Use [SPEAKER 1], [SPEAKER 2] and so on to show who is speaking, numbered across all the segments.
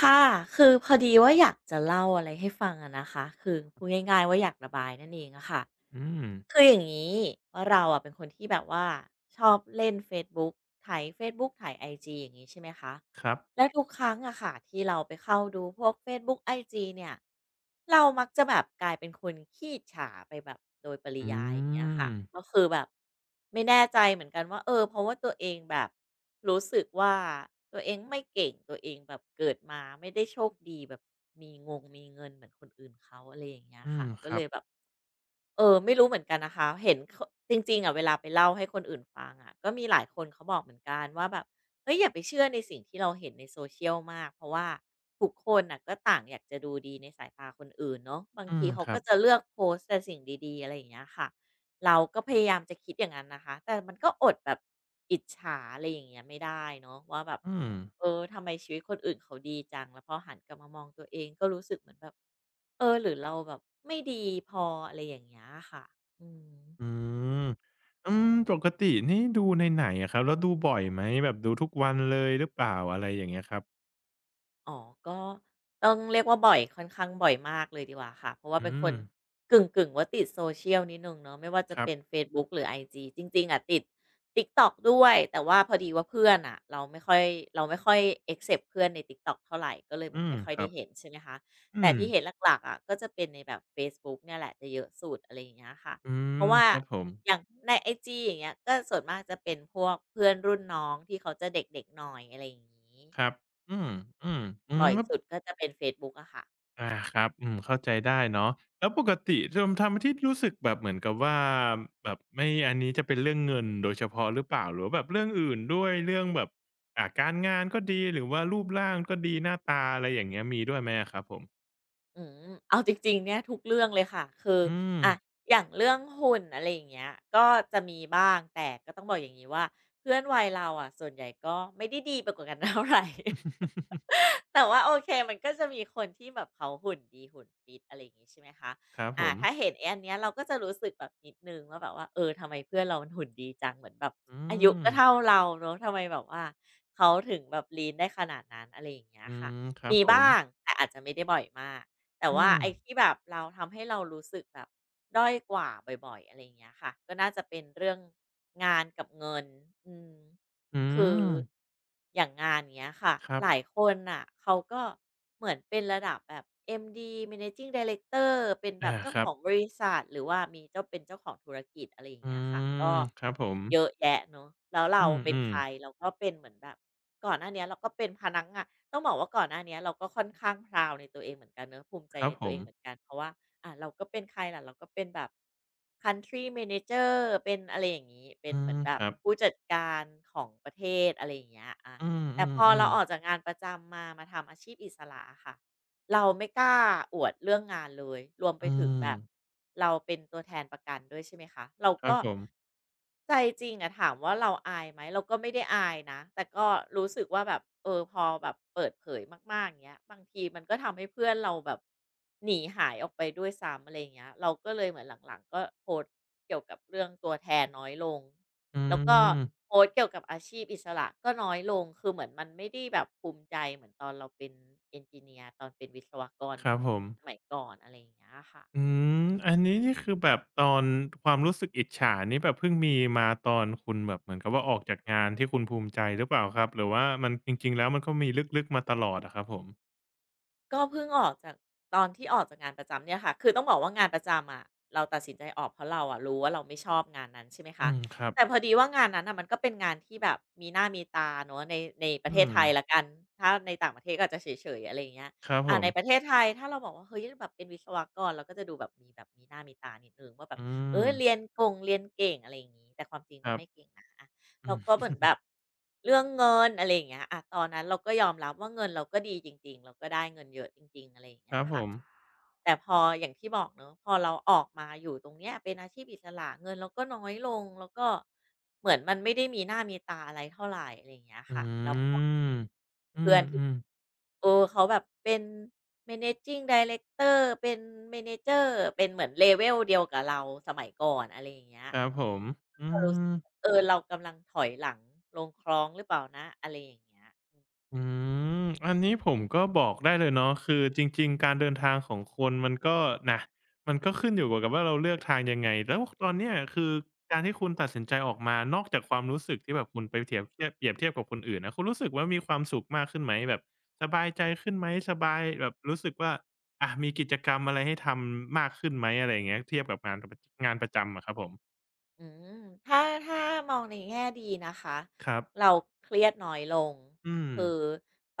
[SPEAKER 1] ค่ะคือพอดีว่าอยากจะเล่าอะไรให้ฟังอะนะคะคือพูดง่ายๆว่าอยากระบายนั่นเองอะค่ะ
[SPEAKER 2] อืม
[SPEAKER 1] คืออย่างนี้ว่าเราอะเป็นคนที่แบบว่าชอบเล่นเฟซบุ๊กไถเฟซบุ๊กไถายไอจีอย่างนี้ใช่ไหมคะ
[SPEAKER 2] ครับ
[SPEAKER 1] แล้วทุกครั้งอะค่ะที่เราไปเข้าดูพวกเฟซบุ๊กไอจีเนี่ยเรามักจะแบบกลายเป็นคนขี้ฉาไปแบบโดยปริ
[SPEAKER 2] อื
[SPEAKER 1] ยายอย่างเงี้ยค่ะ
[SPEAKER 2] ม
[SPEAKER 1] ก็คือแบบไม่แน่ใจเหมือนกันว่าเออเพราะว่าตัวเองแบบรู้สึกว่าตัวเองไม่เก่งตัวเองแบบเกิดมาไม่ได้โชคดีแบบมีงงมีเงินเหมือนคนอื่นเขาอะไรอย่างเงี้ย
[SPEAKER 2] อืม
[SPEAKER 1] ค่ะ
[SPEAKER 2] ค
[SPEAKER 1] ก็
[SPEAKER 2] รั
[SPEAKER 1] เล
[SPEAKER 2] บ
[SPEAKER 1] ยแบบ เออไม่รู้เหมือนกันนะคะเห็นเขาจริงๆอะเวลาไปเล่าให้คนอื่นฟังอะก็มีหลายคนเขาบอกเหมือนกันว่าแบบเฮ้ยอย่าไปเชื่อในสิ่งที่เราเห็นใน social มากเพราะว่าทุกคนน่ะก็ต่างอยากจะดูดีในสายตาคนอื่นเนาะบาง
[SPEAKER 2] อื
[SPEAKER 1] ที
[SPEAKER 2] ม
[SPEAKER 1] เขา
[SPEAKER 2] ครั
[SPEAKER 1] ก็
[SPEAKER 2] บ
[SPEAKER 1] จะเลือกโพสต์แต่สิ่งดีๆอะไรอย่างเงี้ยค่ะเราก็พยายามจะคิดอย่างนั้นนะคะแต่มันก็อดแบบอิจฉาอะไรอย่างเงี้ยไม่ได้เนาะว่าแบบ
[SPEAKER 2] อืม
[SPEAKER 1] เออทำไมชีวิตคนอื่นเขาดีจังแล้วพอหันกลับมามองตัวเองก็รู้สึกเหมือนแบบเออหรือเราแบบไม่ดีพออะไรอย่างเงี้ยค่ะอืม
[SPEAKER 2] อืมอืมปกตินี่ดูในไหนอะครับแล้วดูบ่อยไหมแบบดูทุกวันเลยหรือเปล่าอะไรอย่างเงี้ยครับ
[SPEAKER 1] อ๋อก็ต้องเรียกว่าบ่อยค่อนข้างบ่อยมากเลยดีกว่าค่ะ เพราะว่าเป็
[SPEAKER 2] อื
[SPEAKER 1] นค
[SPEAKER 2] ม
[SPEAKER 1] นกึ่งๆว่าติด social นิดหนึ่งเนาะไม่ว่าจะ
[SPEAKER 2] ครับ
[SPEAKER 1] เป็นเฟซบุ๊กหรือไอจีจริงๆอะติด TikTok ด้วย แต่ว่าพอดีว่าเพื่อนน่ะเราไม่ค่อย accept เพื่อนใน TikTok เท่าไรก็เลยเห
[SPEAKER 2] อื
[SPEAKER 1] มือน
[SPEAKER 2] ม
[SPEAKER 1] ไม่ค่อย
[SPEAKER 2] ครั
[SPEAKER 1] ได้
[SPEAKER 2] บ
[SPEAKER 1] เห็นใช่ไหมคะ
[SPEAKER 2] อื
[SPEAKER 1] แต่
[SPEAKER 2] ม
[SPEAKER 1] ที่เห็นหลักๆอะก็จะเป็นในแบบเฟซบุ๊กเนี่ยแหละจะเยอะสุดอะไรอย่างเงี้ยค่ะ
[SPEAKER 2] อื
[SPEAKER 1] เพ
[SPEAKER 2] ม
[SPEAKER 1] ราะว่า
[SPEAKER 2] ครับผม
[SPEAKER 1] อย่างในไอจีอย่างเงี้ยก็ส่วนมากจะเป็นพวกเพื่อนรุ่นน้องที่เขาจะเด็กๆหน่อยอะไรอย่างงี้
[SPEAKER 2] ครับอืมๆอื
[SPEAKER 1] บ่
[SPEAKER 2] ม
[SPEAKER 1] อย
[SPEAKER 2] แล้ว
[SPEAKER 1] สุดก็จะเป็นเฟซบุ๊กอะค่ะ
[SPEAKER 2] อาครับอืมเข้าใจได้เนาะแล้วปกติทำที่รู้สึกแบบเหมือนกับว่าแบบไม่อันนี้จะเป็นเรื่องเงินโดยเฉพาะหรือเปล่าหรือว่าแบบเรื่องอื่นด้วยเรื่องแบบการงานก็ดีหรือว่ารูปร่างก็ดีหน้าตาอะไรอย่างเงี้ยมีด้วยไหมอะครับผม
[SPEAKER 1] อืมเอาจริงๆเนี่ยทุกเรื่องเลยค่ะ คือ
[SPEAKER 2] อืม
[SPEAKER 1] อะอย่างเรื่องหุ่นอะไรอย่างเงี้ยก็จะมีบ้าง แต่ก็ต้องบอกอย่างงี้ว่าเพื่อนวัยเราอะส่วนใหญ่ก็ไม่ได้ดีไปกว่ากัน เท่าไร แต่ว่าโอเคมันก็จะมีคนที่แบบเขาหุ่นดีหุ่นฟิตอะไรอย่างงี้ใช่ไหมคะ
[SPEAKER 2] ครับผ
[SPEAKER 1] อ่า
[SPEAKER 2] ม
[SPEAKER 1] ถ้าเห็นไอ้อันเนี้ยเราก็จะรู้สึกแบบนิดนึงว่าแบบว่าเออทำไมเพื่อนเรามันหุ่นดีจังเหมือนแบบ
[SPEAKER 2] อื
[SPEAKER 1] อายุ
[SPEAKER 2] ม
[SPEAKER 1] ก็เท่าเราเนอะทำไมแบบว่าเขาถึงแบบลีนได้ขนาดนั้นอะไรอย่างเงี้ย
[SPEAKER 2] อื
[SPEAKER 1] ค่ะ
[SPEAKER 2] มครับ
[SPEAKER 1] มี
[SPEAKER 2] ผม
[SPEAKER 1] บ้างแต่อาจจะไม่ได้บ่อยมากแต่
[SPEAKER 2] อื
[SPEAKER 1] ว่า
[SPEAKER 2] ม
[SPEAKER 1] ไอ้ที่แบบเราทำให้เรารู้สึกแบบด้อยกว่าบ่อยๆอะไรอย่างเงี้ยค่ะก็น่าจะเป็นเรื่องงานกับเงินอืม
[SPEAKER 2] อื
[SPEAKER 1] คือ
[SPEAKER 2] ม
[SPEAKER 1] อย่างงานเนี้ยค่ะ
[SPEAKER 2] ครั
[SPEAKER 1] หลาย
[SPEAKER 2] บ
[SPEAKER 1] คนน่ะเขาก็เหมือนเป็นระดับแบบ MD Managing Director เป็นแบ
[SPEAKER 2] อา
[SPEAKER 1] บเจ้า
[SPEAKER 2] ค
[SPEAKER 1] ข
[SPEAKER 2] รั
[SPEAKER 1] องบ
[SPEAKER 2] บ
[SPEAKER 1] ริษัทหรือว่ามีเจ้าเป็นเจ้าของธุรกิจอะไรอย่าง
[SPEAKER 2] อื
[SPEAKER 1] เงี้ยค่ะ
[SPEAKER 2] ม
[SPEAKER 1] ก็
[SPEAKER 2] ครับผม
[SPEAKER 1] เยอะแยะเนาะแล้วเรา
[SPEAKER 2] อื
[SPEAKER 1] เป็นใค
[SPEAKER 2] ม
[SPEAKER 1] รเราก็เป็นเหมือนแบบก่อนหน้าเนี้ยเราก็เป็นพนักงานต้องบอกว่าก่อนหน้าเนี้ยเราก็ค่อนข้าง proud ในตัวเองเหมือนกันเนาะภูมิใจ
[SPEAKER 2] ๆครั
[SPEAKER 1] ใน
[SPEAKER 2] บผ
[SPEAKER 1] ตัวเอ
[SPEAKER 2] ม
[SPEAKER 1] งเหมือนกันเพราะว่า อ่ะเราก็เป็นใครล่ะเราก็เป็นแบบ Country Manager เป็นอะไรอย่างนี้เป็
[SPEAKER 2] อื
[SPEAKER 1] นเหมือ
[SPEAKER 2] ม
[SPEAKER 1] นแบ
[SPEAKER 2] ค
[SPEAKER 1] บ
[SPEAKER 2] รับ
[SPEAKER 1] ผู้จัดการของประเทศอะไรอย่างเงี้ยอะ
[SPEAKER 2] อื
[SPEAKER 1] แต่พอเรา
[SPEAKER 2] ม
[SPEAKER 1] อ
[SPEAKER 2] ๆ
[SPEAKER 1] อกจาก
[SPEAKER 2] ๆ
[SPEAKER 1] งานประจำมามาทำอาชีพอิสระอะค่ะ เราไม่กล้าอวดเรื่องงานเลยรวมไป
[SPEAKER 2] อื
[SPEAKER 1] ถึง
[SPEAKER 2] ม
[SPEAKER 1] แบบเราเป็นตัวแทนประกันด้วยใช่ไหมคะเรา
[SPEAKER 2] ครับ
[SPEAKER 1] ก็
[SPEAKER 2] ผม
[SPEAKER 1] ใจจริงอะถามว่าเราอายไหมเราก็ไม่ได้อายนะแต่ก็รู้สึกว่าแบบเออพอแบบเปิดเผยมากๆอย่างเงี้ยบางทีมันก็ทำให้เพื่อนเราแบบหนีหายออกไปด้วยซ้ำอะไรเงี้ยเราก็เลยเหมือนหลังๆก็โพสต์เกี่ยวกับเรื่องตัวแทนน้อยลง
[SPEAKER 2] อื
[SPEAKER 1] แล้วก็โพ
[SPEAKER 2] ม
[SPEAKER 1] สต์เกี่ยวกับอาชีพอิสระก็น้อยลงคือเหมือนมันไม่ได้แบบภูมิใจเหมือนตอนเราเป็นเอนจิเนียร์ตอนเป็นวิศวกร
[SPEAKER 2] ค
[SPEAKER 1] เหมื
[SPEAKER 2] รั
[SPEAKER 1] อน
[SPEAKER 2] บผม
[SPEAKER 1] สมัยก่อนอะไรอย่างเงี้ยค่ะ
[SPEAKER 2] อืมอันนี้นี่คือแบบตอนความรู้สึกอิจฉานี่แบบเพิ่งมีมาตอนคุณแบบเหมือนกับว่าออกจากงานที่คุณภูมิใจหรือเปล่าครับหรือว่ามันจริงๆแล้วมันก็มีลึกๆมาตลอดอะครับผม
[SPEAKER 1] ก็เพิ่งออกจากตอนที่ออกจากงานประจำเนี่ยค่ะคือต้องบอกว่างานประจำอะเราตัดสินใจออกเพราะเราอะรู้ว่าเราไม่ชอบงานนั้นใช่ไหม
[SPEAKER 2] อื
[SPEAKER 1] คะ
[SPEAKER 2] มครับ
[SPEAKER 1] แต่พอดีว่างานนั้นอ่ะมันก็เป็นงานที่แบบมีหน้ามีตาเนอะในในป
[SPEAKER 2] อื
[SPEAKER 1] ระเทศ
[SPEAKER 2] ม
[SPEAKER 1] ไทยละกันถ้าในต่างประเทศก็อาจจะเฉยๆอะไรอย่างเงี้ย
[SPEAKER 2] ครับผ
[SPEAKER 1] อ่า
[SPEAKER 2] ม
[SPEAKER 1] ในประเทศไทยถ้าเราบอกว่าเฮ้ยแบบเป็นวิศวกรเราก็จะดูแบบมีหน้ามีตานิดหนึ่งว่าแบบ
[SPEAKER 2] อื
[SPEAKER 1] เอ
[SPEAKER 2] ม
[SPEAKER 1] อเรียนกงเรียนเก่งอะไรอย่างงี้แต่ความจริง
[SPEAKER 2] ค
[SPEAKER 1] ก็
[SPEAKER 2] รั
[SPEAKER 1] ไม่
[SPEAKER 2] บ
[SPEAKER 1] เก่งนะ
[SPEAKER 2] อื
[SPEAKER 1] แล้วก็
[SPEAKER 2] ม
[SPEAKER 1] เหมือนแบบเรื่องเงินอะไรอย่างเงี้ยอะตอนนั้นเราก็ยอมรับว่าเงินเราก็ดีจริงๆเราก็ได้เงินเยอะจริงๆอะไรอย่าง
[SPEAKER 2] ค
[SPEAKER 1] เงี้ย
[SPEAKER 2] รับผ
[SPEAKER 1] ค่ะ
[SPEAKER 2] ม
[SPEAKER 1] แต่พออย่างที่บอกเนอะพอเราออกมาอยู่ตรงเนี้ยเป็นอาชีพอิสระเงินเราก็น้อยลงแล้วก็เหมือนมันไม่ได้มีหน้ามีตาอะไรเท่าไหรอะไรอย่างเงี้ย
[SPEAKER 2] อื
[SPEAKER 1] ค่ะแล้ว
[SPEAKER 2] มอื
[SPEAKER 1] เพื่อนที่
[SPEAKER 2] มๆ
[SPEAKER 1] เออเขาแบบเป็น managing director เป็น manager เป็นเหมือน l ลเวลเดียวกับเราสมัยก่อนอะไรอย่างเงี้ย
[SPEAKER 2] ครับผมอื
[SPEAKER 1] เรารู้สึก
[SPEAKER 2] ม
[SPEAKER 1] เออ เรากำลังถอยหลังลงคลองหรือเปล่านะอะไรอย่างเงี้ย
[SPEAKER 2] อืมอันนี้ผมก็บอกได้เลยเนาะคือจริงๆการเดินทางของคนมันก็นะมันก็ขึ้นอยู่กับว่าเราเลือกทางยังไงแล้วตอนเนี้ยคือการที่คุณตัดสินใจออกมานอกจากความรู้สึกที่แบบคุณไปเทียบเปรียบเทียบกับคนอื่นนะคุณรู้สึกว่ามีความสุขมากขึ้นไหมแบบสบายใจขึ้นไหมสบายแบบรู้สึกว่าอะมีกิจกรรมอะไรให้ทำมากขึ้นไหมอะไรอย่างเงี้ยเทียบกับงานประจำอะครับผม
[SPEAKER 1] อืมถ้าถ้ามองในแง่ดีนะคะ
[SPEAKER 2] ครั
[SPEAKER 1] เรา
[SPEAKER 2] บ
[SPEAKER 1] เครียดน้อยลง
[SPEAKER 2] อืม
[SPEAKER 1] คือ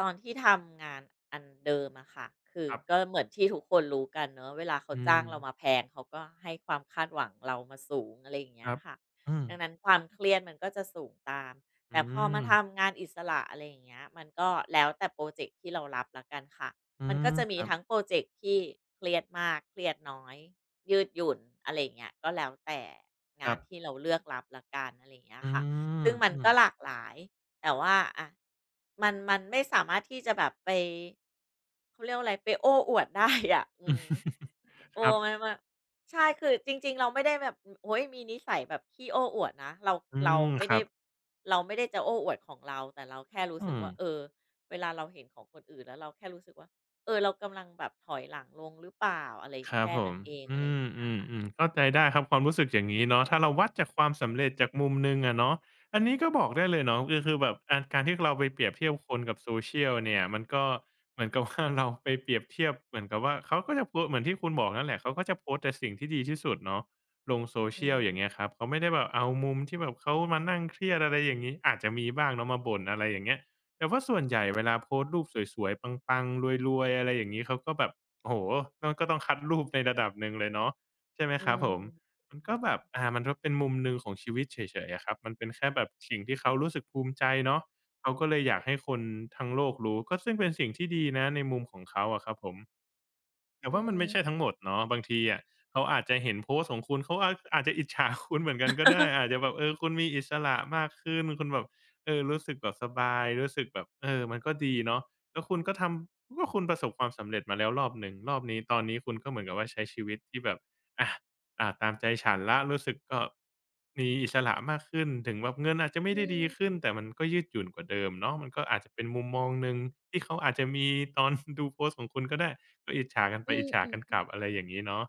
[SPEAKER 1] ตอนที่ทำงานอันเดิมอะค่ะคือ
[SPEAKER 2] ครั
[SPEAKER 1] ก็
[SPEAKER 2] บ
[SPEAKER 1] เหมือนที่ทุกคนรู้กันเนอะเวลาเขา
[SPEAKER 2] อื
[SPEAKER 1] จ้าง
[SPEAKER 2] ม
[SPEAKER 1] เรามาแพงเขาก็ให้ความคาดหวังเรามาสูงอะไรอย่าง
[SPEAKER 2] ค
[SPEAKER 1] เงี้ย
[SPEAKER 2] รับ
[SPEAKER 1] ค่ะ
[SPEAKER 2] อืม
[SPEAKER 1] ดังนั้นความเครียดมันก็จะสูงตาม
[SPEAKER 2] อื
[SPEAKER 1] แต่พอ
[SPEAKER 2] ม
[SPEAKER 1] มาทำงานอิสระอะไรอย่างเงี้ยมันก็แล้วแต่โปรเจกต์ที่เรารับละกันค่ะ
[SPEAKER 2] อื
[SPEAKER 1] มันก็
[SPEAKER 2] ม
[SPEAKER 1] จะ
[SPEAKER 2] ค
[SPEAKER 1] มี
[SPEAKER 2] รับ
[SPEAKER 1] ทั้งโปรเจกต์ที่เครียดมากเครียดน้อย ยืดหยุ่นอะไรอย่างเงี้ยก็แล้วแต่
[SPEAKER 2] ค
[SPEAKER 1] งา
[SPEAKER 2] รั
[SPEAKER 1] นที่
[SPEAKER 2] บ
[SPEAKER 1] เราเลือกรับละกันอะไรอย่างเงี้ย
[SPEAKER 2] อื
[SPEAKER 1] ค่ะ
[SPEAKER 2] ม
[SPEAKER 1] ซึ่งมัน
[SPEAKER 2] อืม
[SPEAKER 1] ก็หลากหลายแต่ว่าอะมันไม่สามารถที่จะแบบไปเขาเรียกว่าอะไรไปโอ้อวดได้อะอืม เอ
[SPEAKER 2] ครั
[SPEAKER 1] อ
[SPEAKER 2] บ
[SPEAKER 1] มันใช่คือจริงๆเราไม่ได้แบบโอ้โฮมีนิสัยแบบขี้โอ้อวดนะเรา
[SPEAKER 2] อื
[SPEAKER 1] เรา
[SPEAKER 2] ม
[SPEAKER 1] ไม่
[SPEAKER 2] ครั
[SPEAKER 1] ได้
[SPEAKER 2] บ
[SPEAKER 1] เราไม่ได้จะโอ้อวดของเราแต่เราแค่รู้
[SPEAKER 2] อื
[SPEAKER 1] สึก
[SPEAKER 2] ม
[SPEAKER 1] ว่าเออเวลาเราเห็นของคนอื่นแล้วเราแค่รู้สึกว่า เออเรากำลังแบบถอยหลังลงหรือเปล่าอะไร
[SPEAKER 2] ครับ
[SPEAKER 1] แค่
[SPEAKER 2] ผ
[SPEAKER 1] นั้
[SPEAKER 2] ม
[SPEAKER 1] นเองอะ
[SPEAKER 2] อื
[SPEAKER 1] ไรอย่า
[SPEAKER 2] ม
[SPEAKER 1] งเงี้
[SPEAKER 2] อืม
[SPEAKER 1] ย
[SPEAKER 2] อืมเข้าใจได้ครับความรู้สึกอย่างงี้เนาะถ้าเราวัดจากความสำเร็จจากมุมหนึ่งอะเนาะอันนี้ก็บอกได้เลยเนาะก็คือแบบอาการที่เราไปเปรียบเทียบคนกับ social เนี่ยมันก็เหมือนกับว่าเราไปเปรียบเทียบเหมือนกับว่าเขาก็จะโพสต์เหมือนที่คุณบอกนั่นแหละเขาก็จะโพสต์แต่สิ่งที่ดีที่สุดเนาะลง
[SPEAKER 1] อื
[SPEAKER 2] social
[SPEAKER 1] ม
[SPEAKER 2] อย่างเงี้ยครับเขาไม่ได้แบบเอามุมที่แบบเขามานั่งเครียดอะไรอย่างงี้อาจจะมีบ้างเนาะมาบ่นอะไรอย่างเงี้ยแต่ว่าส่วนใหญ่เวลาโพสต์รูปสวยๆปังๆรวยๆอะไรอย่างงี้เขาก็แบบ โอ้โฮก็ต้องคัดรูปในระดับหนึ่งเลยเนาะใช่ไหม
[SPEAKER 1] อื
[SPEAKER 2] ครับผม
[SPEAKER 1] ม
[SPEAKER 2] มันก็แบบอ่ามันก็เป็นมุมหนึ่งของชีวิตเฉยๆอะครับมันเป็นแค่แบบสิ่งที่เขารู้สึกภูมิใจเนาะเขาก็เลยอยากให้คนทั้งโลกรู้ก็ซึ่งเป็นสิ่งที่ดีนะในมุมของเขาอะครับผม แต่
[SPEAKER 1] อื
[SPEAKER 2] ว่ามันไม่ใช่ทั้ง
[SPEAKER 1] ม
[SPEAKER 2] หมดเนาะบางทีอะเขาอาจจะเห็นโพสต์ของคุณเขาอาจจะอิจฉาคุณเหมือนกันก็ได้อาจจะแบบเออคุณมีอิสระมากขึ้นคุณแบบเออรู้สึกแบบสบายรู้สึกแบบเออมันก็ดีเนาะแล้วคุณก็ทำก็คุณประสบความสำเร็จมาแล้วรอบหนึ่งรอบนี้ตอนนี้คุณก็เหมือนกับว่าใช้ชีวิตที่แบบอา อ่าตามใจฉันแล้วรู้สึกก็มีอิสระมากขึ้นถึงแบบเงินอาจจะไม่
[SPEAKER 1] อื
[SPEAKER 2] ได้ดีขึ้
[SPEAKER 1] ม
[SPEAKER 2] นแต่มันก็ยืดหยุ่นกว่าเดิมเนาะมันก็อาจจะเป็นมุมมองหนึ่งที่เขาอาจจะมีตอน ดูโพสต์ของคุณก็ได้ก็อิจฉากันไป
[SPEAKER 1] อื
[SPEAKER 2] อิ
[SPEAKER 1] ม
[SPEAKER 2] จฉา
[SPEAKER 1] อ
[SPEAKER 2] กันก
[SPEAKER 1] อ
[SPEAKER 2] ลับ
[SPEAKER 1] ๆๆ
[SPEAKER 2] อะไรอย่างงี้เนาะ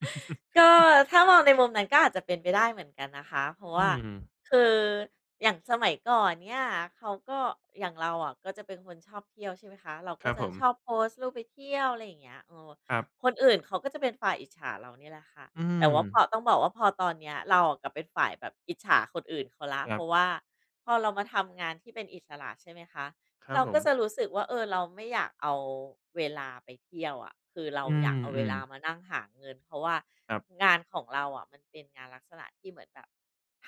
[SPEAKER 1] ก็ถ้ามองในมุมนั้นก็อาจจะเป็นไปได้เหมือนกันนะคะเพราะ
[SPEAKER 2] อื
[SPEAKER 1] ว่า
[SPEAKER 2] ม
[SPEAKER 1] คืออย่างสมัยก่อนเนี่ยเขาก็อย่างเราอ่ะก็จะเป็นคนชอบเที่ยวใช่ไหมคะเรา
[SPEAKER 2] ค
[SPEAKER 1] ก็
[SPEAKER 2] รับ
[SPEAKER 1] จะ
[SPEAKER 2] ผม
[SPEAKER 1] ชอบโพสต์รูปไปเที่ยวอะไรอย่างเงี้ยเออ
[SPEAKER 2] ครับ
[SPEAKER 1] คนอื่นเขาก็จะเป็นฝ่ายอิจฉาเราเนี่ยแหละค่ะ
[SPEAKER 2] อื
[SPEAKER 1] แต่
[SPEAKER 2] ม
[SPEAKER 1] ว่าพอต้องบอกว่าพอตอนเนี้ยเราอะกลับเป็นฝ่ายแบบอิจฉาคนอื่นเขาละ
[SPEAKER 2] ค
[SPEAKER 1] เพ
[SPEAKER 2] รั
[SPEAKER 1] ราะ
[SPEAKER 2] บ
[SPEAKER 1] ว่าพอเรามาทำงานที่เป็นอิสระใช่ไหมคะ
[SPEAKER 2] ครับ
[SPEAKER 1] เรา
[SPEAKER 2] ผ
[SPEAKER 1] ก็
[SPEAKER 2] ม
[SPEAKER 1] จะรู้สึกว่าเออเราไม่อยากเอาเวลาไปเที่ยวอะคือเรา
[SPEAKER 2] อื
[SPEAKER 1] อยากเอาเว
[SPEAKER 2] ม
[SPEAKER 1] ลามา
[SPEAKER 2] ๆ
[SPEAKER 1] นั่งหาเงินเพราะว่า
[SPEAKER 2] ครับ
[SPEAKER 1] งานของเราอะมันเป็นงานลักษณะที่เหมือนแบบ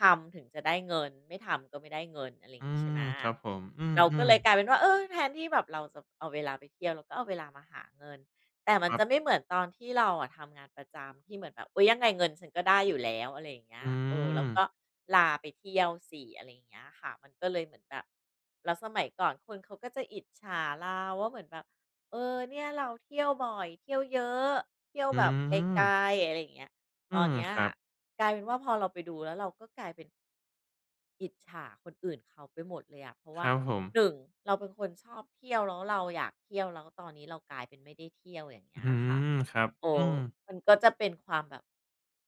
[SPEAKER 1] ทำถึงจะได้เงินไม่ทำก็ไม่ได้เงินอะไรอย่า
[SPEAKER 2] อื
[SPEAKER 1] งงี้ใช่
[SPEAKER 2] ม
[SPEAKER 1] ไหม
[SPEAKER 2] ครับผมอื
[SPEAKER 1] เราก็
[SPEAKER 2] ม
[SPEAKER 1] เลยกลายเป็นว่าเออแทนที่แบบเราจะเอาเวลาไปเที่ยวเราก็เอาเวลามาหาเงิน แต่
[SPEAKER 2] ๆ
[SPEAKER 1] มั
[SPEAKER 2] ค
[SPEAKER 1] น
[SPEAKER 2] รับ
[SPEAKER 1] จะไม่เหมือนตอนที่เราอะทำงานประจำที่เหมือนแบบอุ๊ยยังไงเงินฉันก็ได้อยู่แล้วอะไรอย่างเงี้ย
[SPEAKER 2] อื
[SPEAKER 1] เออแลรา
[SPEAKER 2] ม
[SPEAKER 1] ก็ลาไปเที่ยวสิอะไรอย่างเงี้ยค่ะมันก็เลยเหมือนแบบแล้วสมัยก่อนคนเขาก็จะอิจฉาเราว่าเหมือนแบบเออเนี่ยเราเที่ยวบ่อยเที่ยวเยอะเที่ยว
[SPEAKER 2] อื
[SPEAKER 1] แบบไก
[SPEAKER 2] ม
[SPEAKER 1] ลๆอะไรอย่างเงี้ยต
[SPEAKER 2] อื
[SPEAKER 1] อน
[SPEAKER 2] ม
[SPEAKER 1] เนี้ย
[SPEAKER 2] ครับ
[SPEAKER 1] กลายเป็นว่าพอเราไปดูแล้วเราก็กลายเป็นอิจฉาคนอื่นเขาไปหมดเลยอะเพราะ
[SPEAKER 2] ค
[SPEAKER 1] ว่า
[SPEAKER 2] รับผม
[SPEAKER 1] หนึ่งเราเป็นคนชอบเที่ยวแล้วเราอยากเที่ยวแล้วตอนนี้เรากลายเป็นไม่ได้เที่ยวอย่าง
[SPEAKER 2] อื
[SPEAKER 1] เงี้ยค่ะ
[SPEAKER 2] มครับ
[SPEAKER 1] โอ้
[SPEAKER 2] อืม
[SPEAKER 1] มันก็จะเป็นความแบบ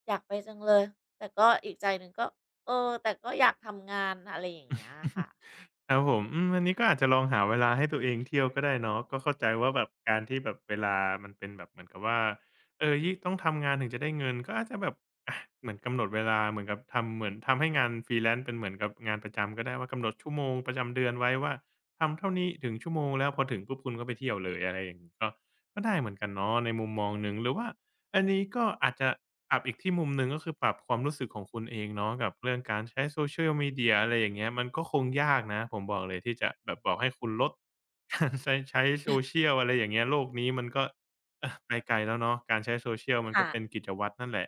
[SPEAKER 1] อยากไปจังเลยแต่ก็อีกใจหนึ่งก็เออแต่ก็อยากทำงานอะไรอย่างเงี้ยค่ะ
[SPEAKER 2] ครับผมอืมอันนี้ก็อาจจะลองหาเวลาให้ตัวเองเที่ยวก็ได้เนาะก็เข้าใจว่าแบบการที่แบบเวลามันเป็นแบบเหมือนกับว่าเออยิ่งต้องทำงานถึงจะได้เงินก็อาจจะแบบอะเหมือนกำหนดเวลาเหมือนกับทำเหมือนทำให้งาน freelance เป็นเหมือนกับงานประจำก็ได้ว่ากำหนดชั่วโมงประจำเดือนไว้ว่าทำเท่านี้ถึงชั่วโมงแล้วพอถึงปุ๊บคุณก็ไปเที่ยวเลยอะไรอย่างงี้ก็ได้เหมือนกันเนาะในมุมมองหนึ่งหรือว่า อันนี้ก็อาจจะปรับอีกที่มุมหนึ่งก็คือปรับความรู้สึกของคุณเองเนาะกับเรื่องการใช้ Social Media อะไรอย่างเงี้ยมันก็คงยากนะผมบอกเลยที่จะแบบบอกให้คุณลด การใช้ Social อะไรอย่างเงี้ยโลกนี้มันก็ ไปไกลแล้วเนาะการใช้ Social มันก็
[SPEAKER 1] ค่ะ
[SPEAKER 2] เป็นกิจวัตรนั่นแหละ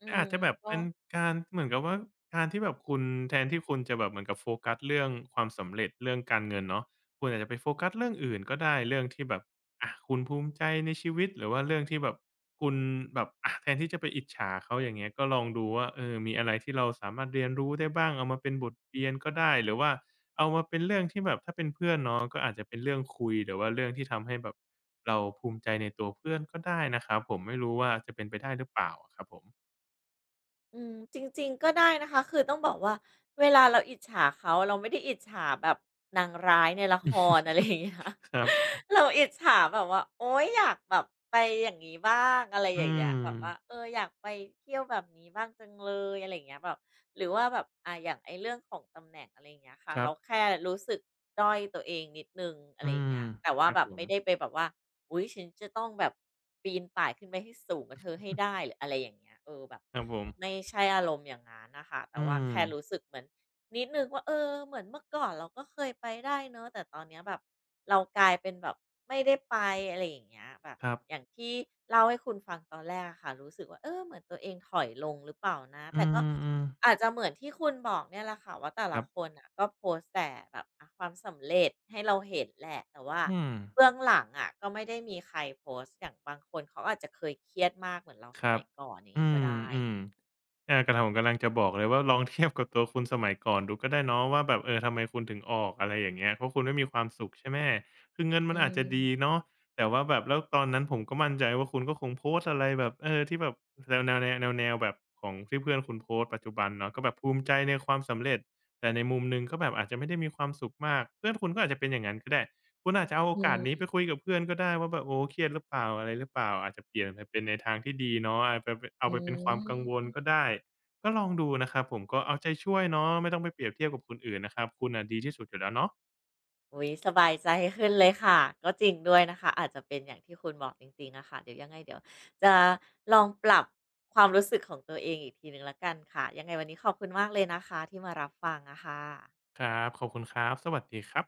[SPEAKER 1] อื
[SPEAKER 2] อา
[SPEAKER 1] ม
[SPEAKER 2] จจะแบบ
[SPEAKER 1] ก็
[SPEAKER 2] เป็นการเหมือนกับว่าการที่แบบคุณแทนที่คุณจะแบบเหมือนกับโฟกัสเรื่องความสำเร็จเรื่องการเงินเนาะคุณอาจจะไปโฟกัสเรื่องอื่นก็ได้เรื่องที่แบบอะคุณภูมิใจในชีวิตหรือว่าเรื่องที่แบบคุณแบบอะแทนที่จะไปอิจฉาเขาอย่างเงี้ยก็ลองดูว่ามีอะไรที่เราสามารถเรียนรู้ได้บ้างเอามาเป็นบทเรียนก็ได้หรือว่าเอามาเป็นเรื่องที่แบบถ้าเป็นเพื่อนเนาะก็อาจจะเป็นเรื่องคุยหรือว่าเรื่องที่ทำให้แบบเราภูมิใจในตัวเพื่อนก็ได้นะครับผมไม่รู้ว่าจะเป็นไปได้หรือเปล่าอะครับผม
[SPEAKER 1] อืมจริงๆก็ได้นะคะคือต้องบอกว่าเวลาเราอิจฉาเขาเราไม่ได้อิจฉาแบบนางร้ายในละครอะไรอ ย่างเงี้ย
[SPEAKER 2] ครับ
[SPEAKER 1] เราอิจฉาแบบว่าโอ๊ยอยากแบบไปอย่างนี้บ้างอะไร
[SPEAKER 2] อื
[SPEAKER 1] อย่างเงี้
[SPEAKER 2] ม
[SPEAKER 1] ยแบบว่าเอออยากไปเที่ยวแบบนี้บ้างจังเลยอะไรอย่างเงี้ยแบบ หรือว่าแบบอ่ะอย่างไอ้เรื่องของตำแหน่งอะไรอย่างเงี้ยค่ะ
[SPEAKER 2] ครั
[SPEAKER 1] เรา
[SPEAKER 2] บ
[SPEAKER 1] แค่รู้สึกด้อยตัวเองนิดนึงอะ
[SPEAKER 2] อื
[SPEAKER 1] ไรอย่าง
[SPEAKER 2] ม
[SPEAKER 1] เงี้ยแต่
[SPEAKER 2] ค
[SPEAKER 1] ว่า
[SPEAKER 2] รับ
[SPEAKER 1] แบ
[SPEAKER 2] ผ
[SPEAKER 1] บ
[SPEAKER 2] ม
[SPEAKER 1] ไม่ได้ไปแบบว่าอุ้ยฉันจะต้องแบบปีนป่ายขึ้นไปให้สูงกว่าเธอให้ได้หรืออะไรอย่างเงี้ยเออแบบ
[SPEAKER 2] ครับผม
[SPEAKER 1] ไม่ใช่อารมณ์อย่างงั้นนะคะแต่
[SPEAKER 2] อื
[SPEAKER 1] ว่า
[SPEAKER 2] ม
[SPEAKER 1] แค่รู้สึกเหมือน นิดหนึ่งว่าเออเหมือนเมื่อก่อนเราก็เคยไปได้เนอะแต่ตอนเนี้ยแบบเรากลายเป็นแบบไม่ได้ไปอะไรอย่างเงี้ยแบบ
[SPEAKER 2] ครับ
[SPEAKER 1] อย่างที่เล่าให้คุณฟังตอนแรกอะค่ะรู้สึกว่าเออเหมือนตัวเองถอยลงหรือเปล่านะ
[SPEAKER 2] อื
[SPEAKER 1] แต่ก็
[SPEAKER 2] มๆ
[SPEAKER 1] อาจจะเหมือนที่คุณบอกเนี่ยแหละค่ะว่าแต่
[SPEAKER 2] ค
[SPEAKER 1] ละ
[SPEAKER 2] รับ
[SPEAKER 1] คนอ่ะก็โพสต์แต่แบบอะความสำเร็จให้เราเห็นแหละแต่ว่า
[SPEAKER 2] อืม
[SPEAKER 1] เบื้องหลังอะก็ไม่ได้มีใครโพสต์อย่างบางคนเขาอาจจะเคยเครียดมากเหมือนเรา
[SPEAKER 2] ค
[SPEAKER 1] ส
[SPEAKER 2] รั
[SPEAKER 1] มั
[SPEAKER 2] บ
[SPEAKER 1] ยก่อนอย่าง
[SPEAKER 2] อ
[SPEAKER 1] นี้ก็ได้
[SPEAKER 2] ืมๆ อากระทำผมกำลังจะบอกเลยว่าลองเทียบกับตัวคุณสมัยก่อนดูก็ได้เนาะว่าแบบทำไมคุณถึงออกอะไรอย่างเงี้ยเพราะคุณไม่มีความสุขใช่ไหมคือเงิน
[SPEAKER 1] อื
[SPEAKER 2] มันอาจจะดี
[SPEAKER 1] ม
[SPEAKER 2] เนาะแต่ว่าแบบแล้วตอนนั้นผมก็มั่นใจว่าคุณก็คงโพสต์อะไรแบบที่แบบแนวแบบของที่เพื่อนคุณโพสต์ปัจจุบันเนาะก็แบบภูมิใจในความสำเร็จแต่ในมุมหนึ่งก็แบบอาจจะไม่ได้มีความสุขมากเพื่อนคุณก็อาจจะเป็นอย่างนั้นก็ได้ คุณอาจจะเอาโอ
[SPEAKER 1] อื
[SPEAKER 2] กาสนี้
[SPEAKER 1] ม
[SPEAKER 2] ไปคุยกับเพื่อนก็ได้ว่าแบบโอ้เครียดหรือเปล่าอะไรหรือเปล่าอาจจะเปลี่ยนไปเป็นในทางที่ดีเนาะอาจไปปเอา
[SPEAKER 1] อ
[SPEAKER 2] ไปเป็นความกังวล
[SPEAKER 1] ม
[SPEAKER 2] ก็ได้ก็ลองดูนะครับผมก็เอาใจช่วยเนาะไม่ต้องไปเปรียบเทียบกับคนอื่นนะครับคุณน่ะดีที่สุดอยู่แล้วเนาะ
[SPEAKER 1] อุ๊ยสบายใจขึ้นเลยค่ะก็จริงด้วยนะคะอาจจะเป็นอย่างที่คุณบอกจริงๆอะค่ะเดี๋ยวยังไงเดี๋ยวจะลองปรับความรู้สึกของตัวเองอีกทีหนึ่งแล้วกันค่ะยังไงวันนี้ขอบคุณมากเลยนะคะที่มารับฟังอะค่ะ
[SPEAKER 2] ครับขอบคุณครับสวัสดีครับ